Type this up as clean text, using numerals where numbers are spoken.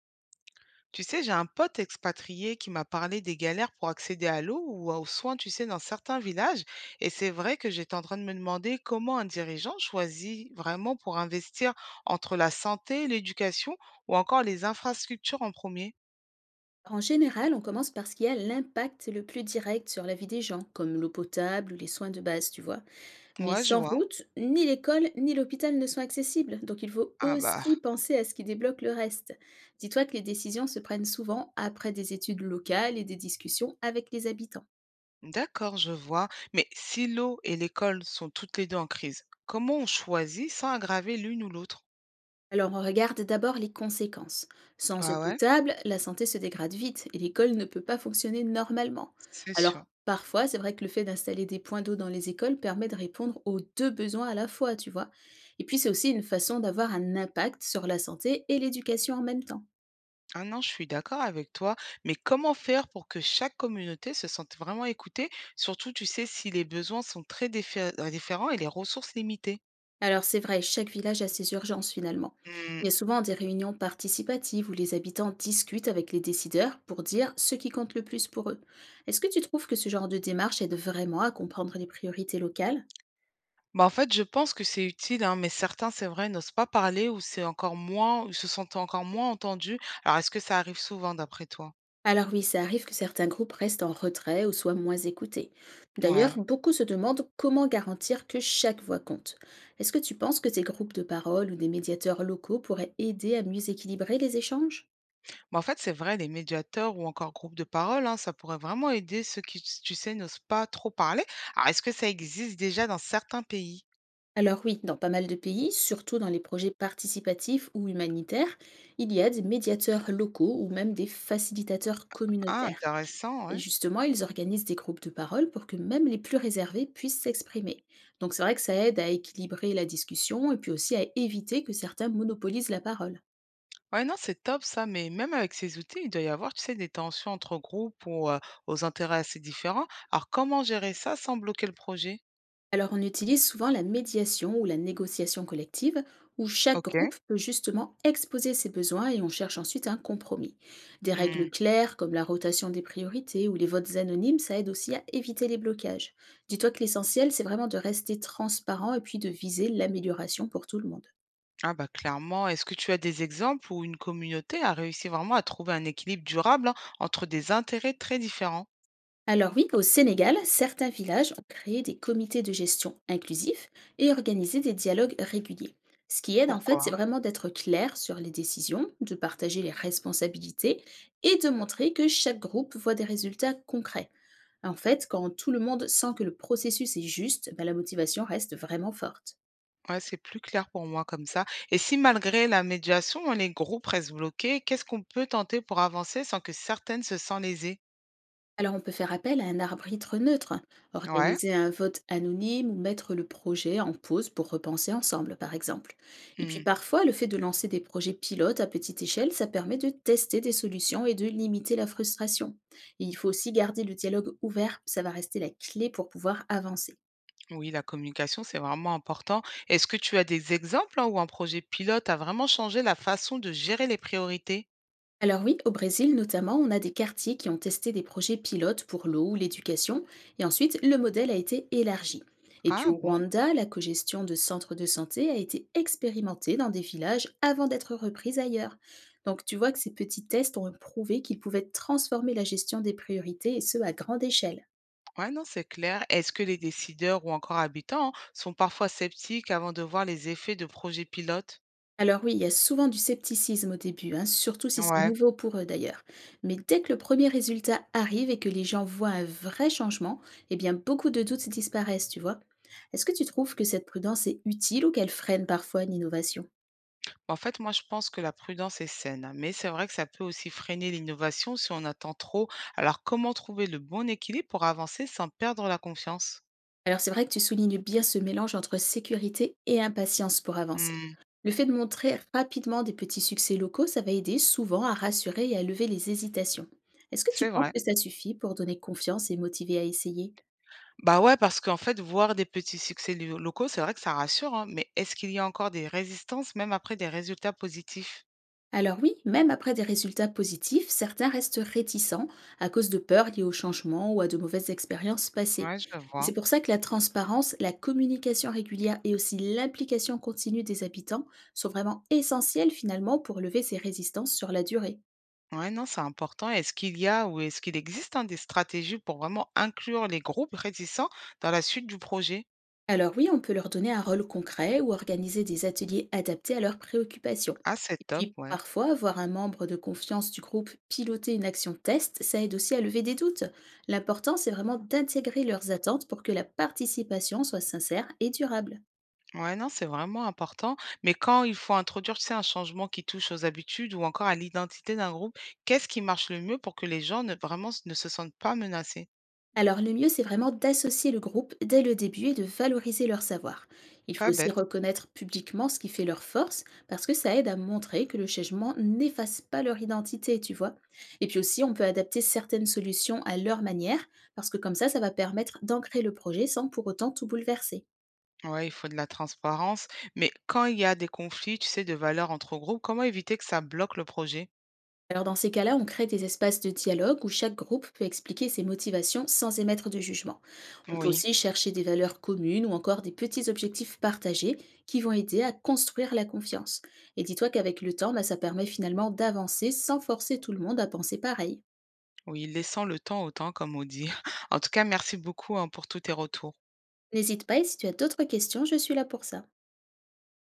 Tu sais, j'ai un pote expatrié qui m'a parlé des galères pour accéder à l'eau ou aux soins, tu sais, dans certains villages. Et c'est vrai que j'étais en train de me demander comment un dirigeant choisit vraiment pour investir entre la santé, l'éducation ou encore les infrastructures en premier. En général, on commence par ce qui a l'impact le plus direct sur la vie des gens, comme l'eau potable ou les soins de base, tu vois. Mais Ouais, je sans vois. route, ni l'école ni l'hôpital ne sont accessibles, donc il faut Ah bah, aussi penser à ce qui débloque le reste. Dis-toi que les décisions se prennent souvent après des études locales et des discussions avec les habitants. d'accord, je vois. Mais si l'eau et l'école sont toutes les deux en crise, comment on choisit sans aggraver l'une ou l'autre? Alors on regarde d'abord les conséquences. Sans eau Ah ouais, potable, la santé se dégrade vite et l'école ne peut pas fonctionner normalement. c'est sûr. Alors parfois, c'est vrai que le fait d'installer des points d'eau dans les écoles permet de répondre aux deux besoins à la fois, tu vois. Et puis c'est aussi une façon d'avoir un impact sur la santé et l'éducation en même temps. Ah non, je suis d'accord avec toi, mais comment faire pour que chaque communauté se sente vraiment écoutée, surtout, tu sais, si les besoins sont très différents et les ressources limitées? Alors c'est vrai, chaque village a ses urgences finalement. Hmm. Il y a souvent des réunions participatives où les habitants discutent avec les décideurs pour dire ce qui compte le plus pour eux. Est-ce que tu trouves que ce genre de démarche aide vraiment à comprendre les priorités locales? Bah en fait, je pense que c'est utile, hein, mais certains, c'est vrai, n'osent pas parler ou c'est encore moins, ou se sentent encore moins entendus. Alors, est-ce que ça arrive souvent d'après toi? Alors oui, ça arrive que certains groupes restent en retrait ou soient moins écoutés. D'ailleurs, Ouais. beaucoup se demandent comment garantir que chaque voix compte. Est-ce que tu penses que ces groupes de parole ou des médiateurs locaux pourraient aider à mieux équilibrer les échanges? Bah en fait, c'est vrai, les médiateurs ou encore groupes de parole, hein, ça pourrait vraiment aider ceux qui, tu sais, n'osent pas trop parler. Alors, est-ce que ça existe déjà dans certains pays? Alors oui, dans pas mal de pays, surtout dans les projets participatifs ou humanitaires, il y a des médiateurs locaux ou même des facilitateurs Ah, communautaires. intéressant, Et ouais. justement, ils organisent des groupes de parole pour que même les plus réservés puissent s'exprimer. Donc c'est vrai que ça aide à équilibrer la discussion et puis aussi à éviter que certains monopolisent la parole. Ouais, non, c'est top ça, mais même avec ces outils, il doit y avoir, tu sais, des tensions entre groupes ou aux intérêts assez différents. Alors, comment gérer ça sans bloquer le projet? Alors on utilise souvent la médiation ou la négociation collective, où chaque Ok. groupe peut justement exposer ses besoins et on cherche ensuite un compromis. Des Hmm. règles claires comme la rotation des priorités ou les votes anonymes, ça aide aussi à éviter les blocages. Dis-toi que l'essentiel, c'est vraiment de rester transparent et puis de viser l'amélioration pour tout le monde. Ah bah clairement, est-ce que tu as des exemples où une communauté a réussi vraiment à trouver un équilibre durable hein, entre des intérêts très différents? Alors oui, au Sénégal, certains villages ont créé des comités de gestion inclusifs et organisé des dialogues réguliers. Ce qui aide en fait, Pourquoi? c'est vraiment d'être clair sur les décisions, de partager les responsabilités et de montrer que chaque groupe voit des résultats concrets. En fait, quand tout le monde sent que le processus est juste, ben, la motivation reste vraiment forte. Ouais, c'est plus clair pour moi comme ça. Et si malgré la médiation, les groupes restent bloqués, qu'est-ce qu'on peut tenter pour avancer sans que certaines se sentent lésées? Alors on peut faire appel à un arbitre neutre, Ouais. organiser un vote anonyme ou mettre le projet en pause pour repenser ensemble, par exemple. Et puis Hmm. parfois, le fait de lancer des projets pilotes à petite échelle, ça permet de tester des solutions et de limiter la frustration. Et il faut aussi garder le dialogue ouvert, ça va rester la clé pour pouvoir avancer. Oui, la communication, c'est vraiment important. Est-ce que tu as des exemples hein, où un projet pilote a vraiment changé la façon de gérer les priorités? Alors oui, au Brésil notamment, on a des quartiers qui ont testé des projets pilotes pour l'eau ou l'éducation, et ensuite le modèle a été élargi. Et puis Ah au bon? Rwanda, la cogestion de centres de santé a été expérimentée dans des villages avant d'être reprise ailleurs. Donc tu vois que ces petits tests ont prouvé qu'ils pouvaient transformer la gestion des priorités, et ce à grande échelle. Ouais, non, c'est clair. Est-ce que les décideurs ou encore habitants sont parfois sceptiques avant de voir les effets de projets pilotes? Alors oui, il y a souvent du scepticisme au début, hein, surtout si c'est Ouais. nouveau pour eux d'ailleurs. Mais dès que le premier résultat arrive et que les gens voient un vrai changement, eh bien beaucoup de doutes disparaissent, tu vois. Est-ce que tu trouves que cette prudence est utile ou qu'elle freine parfois une innovation? En fait, moi, je pense que la prudence est saine, hein, mais c'est vrai que ça peut aussi freiner l'innovation si on attend trop. Alors, comment trouver le bon équilibre pour avancer sans perdre la confiance? Alors c'est vrai que tu soulignes bien ce mélange entre sécurité et impatience pour avancer. Hmm, Le fait de montrer rapidement des petits succès locaux, ça va aider souvent à rassurer et à lever les hésitations. Est-ce que tu c'est penses vrai. que ça suffit pour donner confiance et motiver à essayer? Bah, ouais, parce qu'en fait, voir des petits succès lo locaux, c'est vrai que ça rassure, hein, mais est-ce qu'il y a encore des résistances même après des résultats positifs? Alors oui, même après des résultats positifs, certains restent réticents à cause de peurs liées au changement ou à de mauvaises expériences passées. Ouais, je Et c'est vois. pour ça que la transparence, la communication régulière et aussi l'implication continue des habitants sont vraiment essentielles finalement pour lever ces résistances sur la durée. Ouais, non, c'est important. Est-ce qu'il y a ou est-ce qu'il existe, hein, des stratégies pour vraiment inclure les groupes réticents dans la suite du projet? Alors oui, on peut leur donner un rôle concret ou organiser des ateliers adaptés à leurs préoccupations. Ah, Et c'est top, puis ouais. parfois, voir un membre de confiance du groupe piloter une action test, ça aide aussi à lever des doutes. L'important, c'est vraiment d'intégrer leurs attentes pour que la participation soit sincère et durable. Ouais, non, c'est vraiment important. Mais quand il faut introduire, tu sais, un changement qui touche aux habitudes ou encore à l'identité d'un groupe, qu'est-ce qui marche le mieux pour que les gens ne vraiment s- ne se sentent pas menacés? Alors le mieux, c'est vraiment d'associer le groupe dès le début et de valoriser leur savoir. Il faut Pas aussi bête. reconnaître publiquement ce qui fait leur force, parce que ça aide à montrer que le changement n'efface pas leur identité, tu vois. Et puis aussi, on peut adapter certaines solutions à leur manière, parce que comme ça va permettre d'ancrer le projet sans pour autant tout bouleverser. Ouais, il faut de la transparence. Mais quand il y a des conflits, tu sais, de valeurs entre groupes, comment éviter que ça bloque le projet? Alors dans ces cas-là, on crée des espaces de dialogue où chaque groupe peut expliquer ses motivations sans émettre de jugement. On peut Oui, aussi chercher des valeurs communes ou encore des petits objectifs partagés qui vont aider à construire la confiance. Et dis-toi qu'avec le temps, bah, ça permet finalement d'avancer sans forcer tout le monde à penser pareil. oui, laissant le temps au temps, comme on dit. En tout cas, merci beaucoup, hein, pour tous tes retours. N'hésite pas et si tu as d'autres questions, je suis là pour ça.